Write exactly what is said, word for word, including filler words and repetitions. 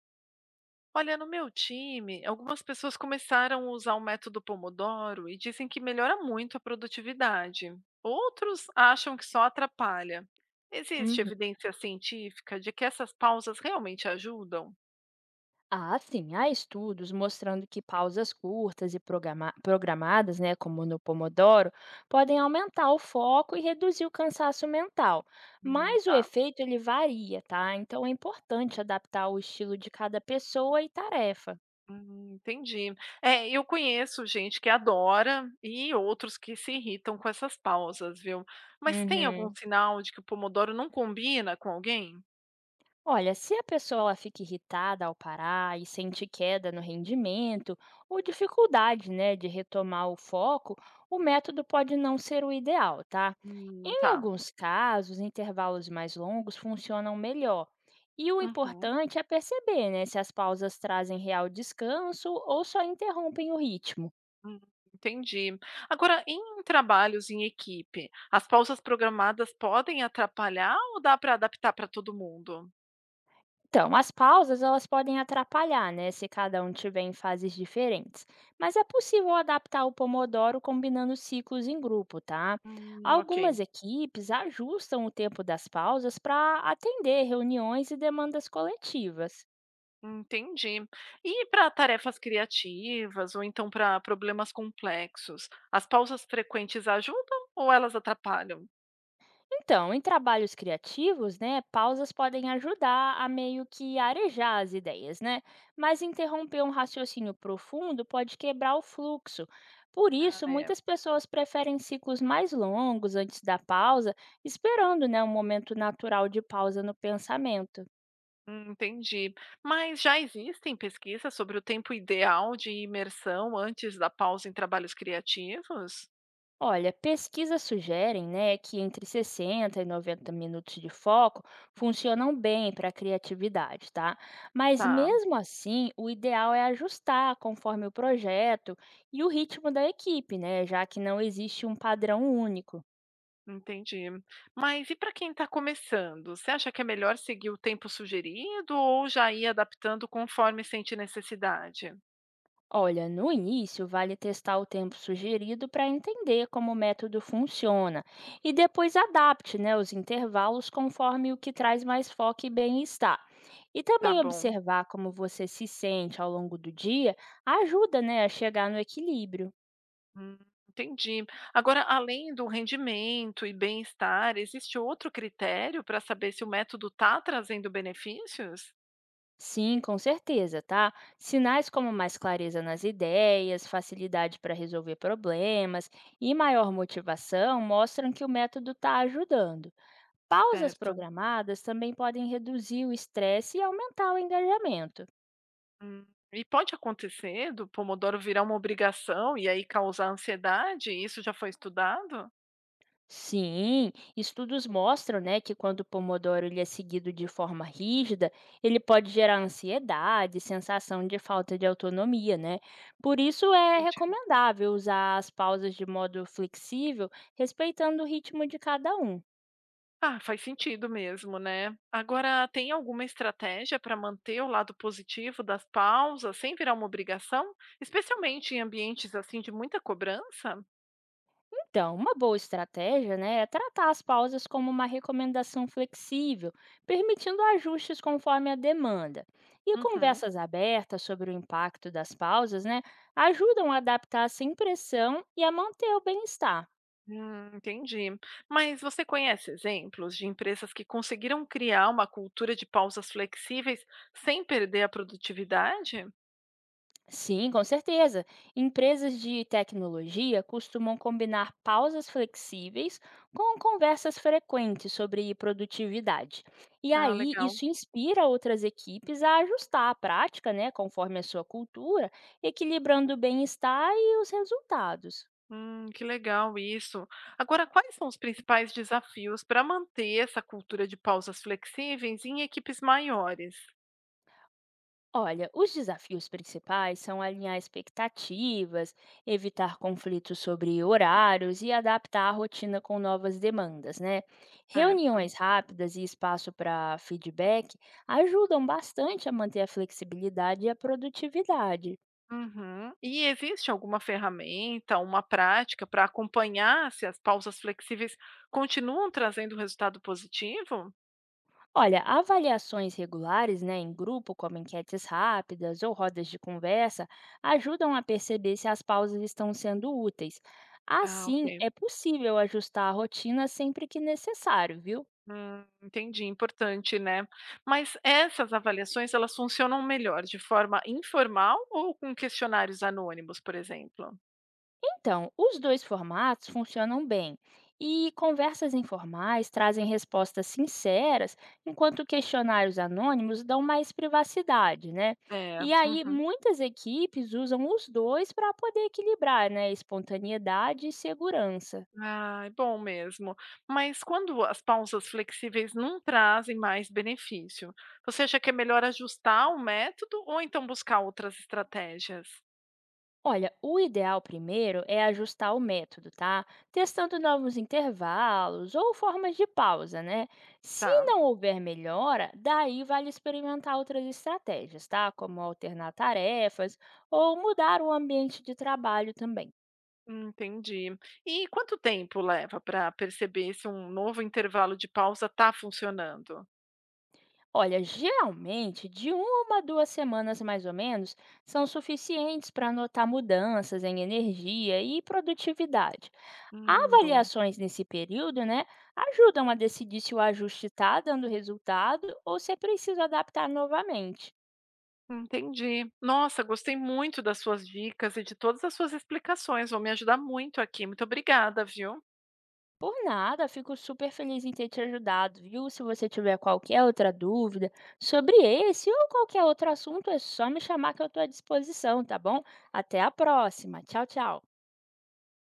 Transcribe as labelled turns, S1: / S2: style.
S1: Olha, no meu time, algumas pessoas começaram a usar o método Pomodoro e dizem que melhora muito a produtividade. Outros acham que só atrapalha. Existe
S2: Uhum.
S1: evidência científica de que essas pausas realmente ajudam?
S2: Ah, sim, há estudos mostrando que pausas curtas e programa- programadas, né, como no Pomodoro, podem aumentar o foco e reduzir o cansaço mental.
S1: Hum,
S2: Mas o
S1: tá.
S2: efeito ele varia, tá? Então é importante adaptar o estilo de cada pessoa e tarefa.
S1: Hum, entendi. É, eu conheço gente que adora e outros que se irritam com essas pausas, viu? Mas tem algum
S2: Uhum.
S1: sinal de que o Pomodoro não combina com alguém?
S2: Olha, se a pessoa ela fica irritada ao parar e sente queda no rendimento ou dificuldade, né, de retomar o foco, o método pode não ser o ideal, tá?
S1: Hum,
S2: Em
S1: tá.
S2: alguns casos, intervalos mais longos funcionam melhor. E o
S1: Uhum.
S2: importante é perceber, né, se as pausas trazem real descanso ou só interrompem o ritmo.
S1: Hum, entendi. Agora, em trabalhos em equipe, as pausas programadas podem atrapalhar ou dá para adaptar para todo mundo?
S2: Então, as pausas elas podem atrapalhar, né, se cada um tiver em fases diferentes. Mas é possível adaptar o Pomodoro combinando ciclos em grupo, tá?
S1: Hum, ok,
S2: Algumas equipes ajustam o tempo das pausas para atender reuniões e demandas coletivas.
S1: entendi. E para tarefas criativas ou então para problemas complexos, as pausas frequentes ajudam ou elas atrapalham?
S2: Então, em trabalhos criativos, né, pausas podem ajudar a meio que arejar as ideias, né? Mas interromper um raciocínio profundo pode quebrar o fluxo. Por
S1: Ah,
S2: isso,
S1: é.
S2: muitas pessoas preferem ciclos mais longos antes da pausa, esperando, né, um momento natural de pausa no pensamento.
S1: Hum, Entendi. Mas já existem pesquisas sobre o tempo ideal de imersão antes da pausa em trabalhos criativos?
S2: Olha, pesquisas sugerem, né, que entre sessenta e noventa minutos de foco funcionam bem para a criatividade, tá? Mas
S1: Tá.
S2: mesmo assim, o ideal é ajustar conforme o projeto e o ritmo da equipe, né, já que não existe um padrão único.
S1: Entendi. Mas e para quem está começando, você acha que é melhor seguir o tempo sugerido ou já ir adaptando conforme sente necessidade?
S2: Olha, no início vale testar o tempo sugerido para entender como o método funciona e depois adapte, né, os intervalos conforme o que traz mais foco e bem-estar. E
S1: Tá
S2: também
S1: bom.
S2: observar como você se sente ao longo do dia ajuda, né, a chegar no equilíbrio.
S1: Hum, entendi. Agora, além do rendimento e bem-estar, existe outro critério para saber se o método está trazendo benefícios?
S2: Sim, com certeza, tá? Sinais como mais clareza nas ideias, facilidade para resolver problemas e maior motivação mostram que o método está ajudando. Pausas
S1: Certo.
S2: programadas também podem reduzir o estresse e aumentar o engajamento.
S1: Hum, E pode acontecer do Pomodoro virar uma obrigação e aí causar ansiedade? Isso já foi estudado?
S2: Sim, estudos mostram, né, que quando o Pomodoro ele é seguido de forma rígida, ele pode gerar ansiedade, sensação de falta de autonomia, né? Por isso é recomendável usar as pausas de modo flexível, respeitando o ritmo de cada um.
S1: Ah, faz sentido mesmo, né? Agora, tem alguma estratégia para manter o lado positivo das pausas sem virar uma obrigação, especialmente em ambientes assim de muita cobrança?
S2: Então, uma boa estratégia, né, é tratar as pausas como uma recomendação flexível, permitindo ajustes conforme a demanda. E
S1: Uhum.
S2: conversas abertas sobre o impacto das pausas, né, ajudam a adaptar sem pressão e a manter o bem-estar.
S1: Hum, entendi. Mas você conhece exemplos de empresas que conseguiram criar uma cultura de pausas flexíveis sem perder a produtividade?
S2: Sim, com certeza. Empresas de tecnologia costumam combinar pausas flexíveis com conversas frequentes sobre produtividade. E
S1: Ah,
S2: aí,
S1: legal.
S2: isso inspira outras equipes a ajustar a prática, né, conforme a sua cultura, equilibrando o bem-estar e os resultados.
S1: Hum, que legal isso. Agora, quais são os principais desafios para manter essa cultura de pausas flexíveis em equipes maiores?
S2: Olha, os desafios principais são alinhar expectativas, evitar conflitos sobre horários e adaptar a rotina com novas demandas, né?
S1: Certo.
S2: Reuniões rápidas e espaço para feedback ajudam bastante a manter a flexibilidade e a produtividade.
S1: Uhum. E existe alguma ferramenta, uma prática para acompanhar se as pausas flexíveis continuam trazendo resultado positivo?
S2: Olha, avaliações regulares, né, em grupo, como enquetes rápidas ou rodas de conversa, ajudam a perceber se as pausas estão sendo úteis.
S1: Ah,
S2: Assim,
S1: ok.
S2: é possível ajustar a rotina sempre que necessário, viu?
S1: Hum, entendi, importante, né? Mas essas avaliações, elas funcionam melhor de forma informal ou com questionários anônimos, por exemplo?
S2: Então, os dois formatos funcionam bem e conversas informais trazem respostas sinceras, enquanto questionários anônimos dão mais privacidade, né?
S1: É.
S2: E aí,
S1: Uhum.
S2: muitas equipes usam os dois para poder equilibrar, né, espontaneidade e segurança.
S1: Ai, bom mesmo. Mas quando as pausas flexíveis não trazem mais benefício, você acha que é melhor ajustar o método ou então buscar outras estratégias?
S2: Olha, o ideal primeiro é ajustar o método, tá? Testando novos intervalos ou formas de pausa, né? Se
S1: Tá,
S2: não houver melhora, daí vale experimentar outras estratégias, tá? Como alternar tarefas ou mudar o ambiente de trabalho também.
S1: entendi. E quanto tempo leva para perceber se um novo intervalo de pausa está funcionando?
S2: Olha, geralmente de uma a duas semanas mais ou menos são suficientes para notar mudanças em energia e produtividade.
S1: Hum, bom.
S2: Avaliações nesse período, né, ajudam a decidir se o ajuste está dando resultado ou se é preciso adaptar novamente.
S1: Entendi. Nossa, gostei muito das suas dicas e de todas as suas explicações. Vão me ajudar muito aqui. Muito obrigada, viu?
S2: Por nada, fico super feliz em ter te ajudado, viu? Se você tiver qualquer outra dúvida sobre esse ou qualquer outro assunto, é só me chamar que eu estou à disposição, tá bom? Até a próxima. Tchau, tchau.